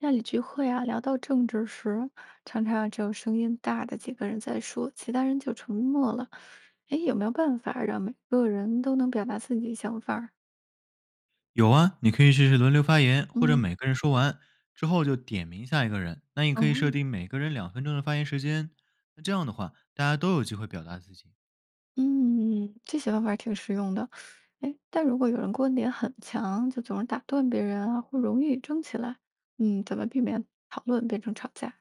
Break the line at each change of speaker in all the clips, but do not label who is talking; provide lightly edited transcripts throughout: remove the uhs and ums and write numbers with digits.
家里聚会啊，聊到政治时，常常啊只有声音大的几个人在说，其他人就沉默了。哎，有没有办法让每个人都能表达自己的想法儿？
有啊，你可以试试轮流发言，或者
嗯。
每个人说完之后就点名下一个人。那你可以设
哦，
定每个人2分钟的发言时间，那这样的话，大家都有机会表达自己。
嗯，这些方法儿挺实用的。哎，但如果有人观点很强，就总是打断别人啊，或容易争起来，嗯，怎么避免讨论变成吵架？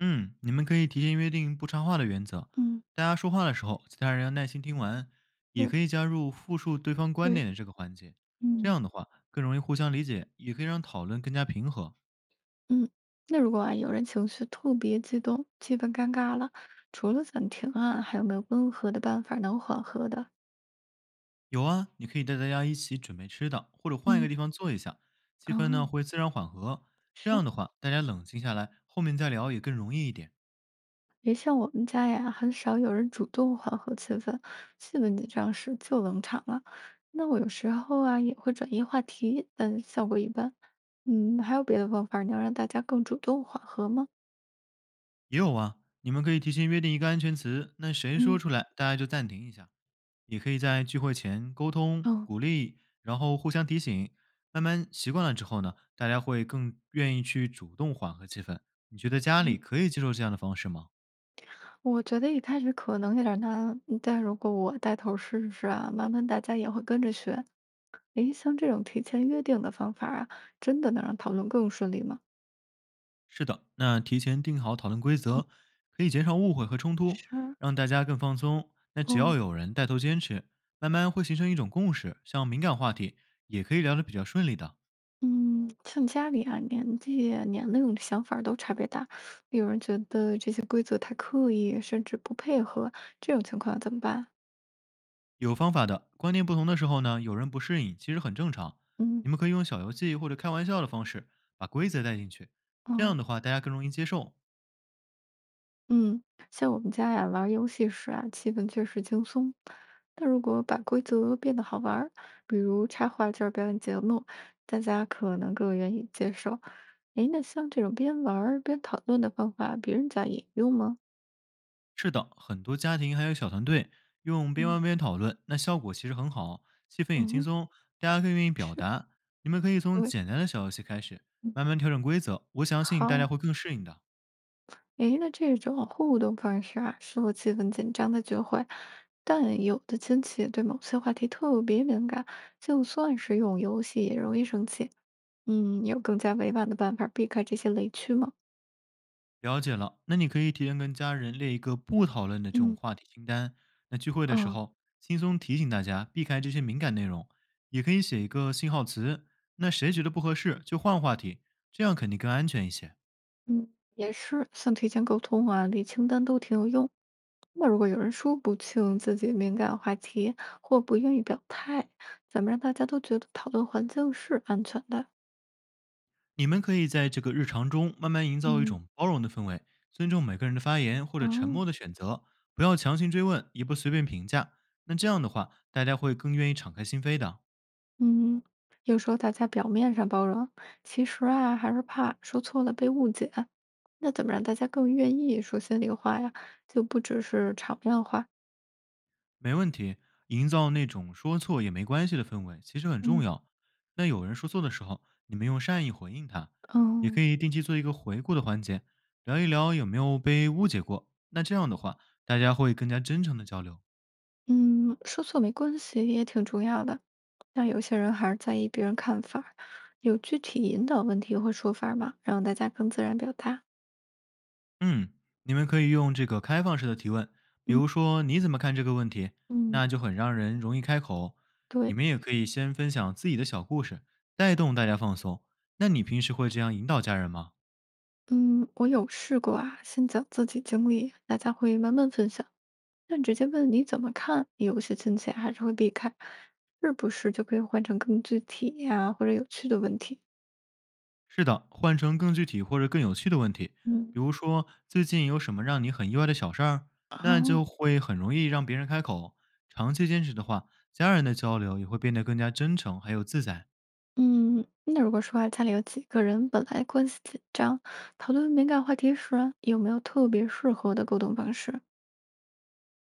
嗯，你们可以提前约定不插话的原则，
嗯，
大家说话的时候，其他人要耐心听完，也
嗯，
可以加入复述对方观点
对，
的这个环节，这
嗯。
样的话更容易互相理解，也可以让讨论更加平和。
嗯，那如果啊有人情绪特别激动，气氛尴尬了，除了暂停啊，还有没有温和的办法能缓和的？
有啊，你可以带大家一起准备吃的，或者换一
嗯，
个地方坐一下，气氛
哦，
呢会自然缓和。这
是，
样的话，大家冷静下来，后面再聊也更容易一点。
也像我们家呀，很少有人主动缓和气氛，气氛紧张时就冷场了。那我有时候啊也会转移话题，但效果一般。嗯，还有别的方法能让大家更主动缓和吗？
也有啊，你们可以提前约定一个安全词，那谁说
嗯。
出来，大家就暂停一下。也可以在聚会前沟通、
哦，
鼓励，然后互相提醒。慢慢习惯了之后呢，大家会更愿意去主动缓和气氛。你觉得家里
嗯，
可以接受这样的方式吗？
我觉得一开始可能有点难，嗯但如果我带头试试啊，慢慢大家也会跟着学。诶，像这种提前约定的方法啊，真的能让讨论更顺利吗？
是的，那提前定好讨论规
嗯，
则，可以减少误会和冲突，
是，
让大家更放松。那只
哦，
要有人带头坚持，慢慢会形成一种共识。像敏感话题也可以聊得比较顺利的，
嗯，像家里啊，年纪啊、年龄、想法都差别大，有人觉得这些规则太刻意，甚至不配合，这种情况怎么办？
有方法的。观念不同的时候呢，有人不适应，其实很正常。
嗯，
你们可以用小游戏或者开玩笑的方式把规则带进去，这
哦。
样的话大家更容易接受。
嗯，像我们家呀，玩儿游戏时啊，气氛确实轻松。但如果把规则变得好玩儿，比如插画就是表演节目，大家可能更愿意接受。诶，那像这种边玩儿边讨论的方法，别人家也用吗？
是的，很多家庭还有小团队用边
嗯
玩边讨论，那效果其实很好，气氛也轻
嗯，
松，大家更愿意表
是，
达。你们可以从
对，
简单的小游戏开始，
嗯，
慢慢调整规则，我相信大
好。
家会更适应的。
诶，那这种互动方式啊，适合气氛紧张的聚会，但有的亲戚对某些话题特别敏感，就算是用游戏也容易生气。嗯，有更加委婉的办法避开这些雷区吗？
了解了，那你可以提前跟家人列一个不讨论的这种
嗯。
话题清单。那聚会的时
哦。
候，轻松提醒大家避开这些敏感内容，也可以写一个信号词，那谁觉得不合适就换话题，这样肯定更安全一些。
嗯，也是，像提前沟通啊、理清单都挺有用。那如果有人说不清自己敏感话题或不愿意表态，怎么让大家都觉得讨论环境是安全的？
你们可以在这个日常中慢慢营造一
嗯，
种包容的氛围，尊重每个人的发言或者沉
哦，
默的选择，不要强行追问，也不随便评价。那这样的话，大家会更愿意敞开心扉的。
嗯，有时候大家表面上包容，其实啊还是怕说错了被误解。那怎么让大家更愿意说心里话呀？就不只是场面话。
没问题，营造那种说错也没关系的氛围，其实很
嗯
重
嗯。
要。那有人说错的时候，你们用善意回应他，也
哦。
可以定期做一个回顾的环节，聊一聊有没有被误解过。那这样的话，大家会更加真诚的交流。
嗯，说错没关系，也挺重要的。那有些人还是在意别人看法儿，有具体引导问题或说法儿吗？让大家更自然表达。
嗯，你们可以用这个开放式的提问，比
嗯
如说你怎么看这个问题，
嗯，
那就很让人容易开口。你
对，
们也可以先分享自己的小故事，带动大家放松。那你平时会这样引导家人吗？
嗯，我有试过啊，先讲自己经历，大家会慢慢分享。但直接问你怎么看，有些亲戚还是会避开，是不是就可以换成更具体呀、或者有趣的问题？
是的，换成更具体或者更有趣的问题，
嗯，
比如说最近有什么让你很意外的小事儿，那
好。
就会很容易让别人开口。长期坚持的话，家人的交流也会变得更加真诚，还有自在。
嗯，那如果说啊，家里有几个人本来关系紧张，讨论敏感话题时啊有没有特别适合的沟通方式？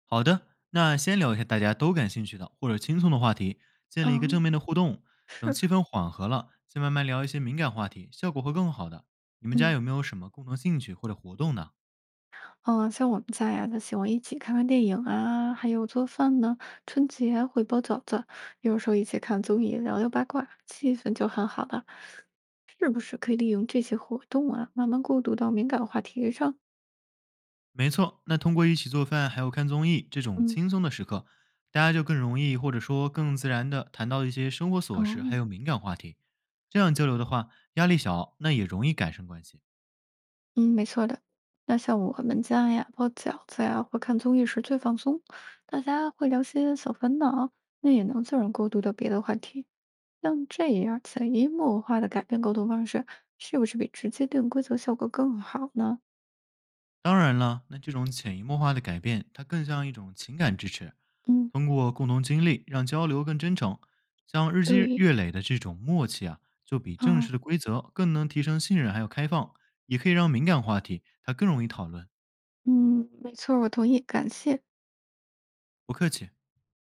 好的，那先聊一下大家都感兴趣的或者轻松的话题，建立一个正
嗯，
面的互动。等
是，
气氛缓和了，再慢慢聊一些敏感话题，效果会更好的。你们家
嗯
有没有什么共同兴趣或者活动呢？
嗯，像我们家呀，他喜欢一起看看电影啊，还有做饭呢。春节会包饺子，有时候一起看综艺，聊聊八卦，气氛就很好了。是不是可以利用这些活动啊，慢慢过渡到敏感话题上？
没错，那通过一起做饭还有看综艺这种
嗯，
轻松的时刻，大家就更容易或者说更自然的谈到一些生活琐事，还
哦。
有敏感话题。这样交流的话，压力小，那也容易改善关系。
嗯，没错的。那像我们家呀，包饺子呀，或看综艺时最放松，大家会聊些小烦恼，那也能自然过渡到别的话题。像这样潜移默化的改变沟通方式，是不是比直接定规则效果更好呢？
当然了，那这种潜移默化的改变，它更像一种情感支持，
嗯，
通过共同经历让交流更真诚。像日积
对，
月累的这种默契啊，就比正
啊，
式的规则更能提升信任还有开放，也可以让敏感话题它更容易讨论。
嗯，没错，我同意，感谢。
不客气。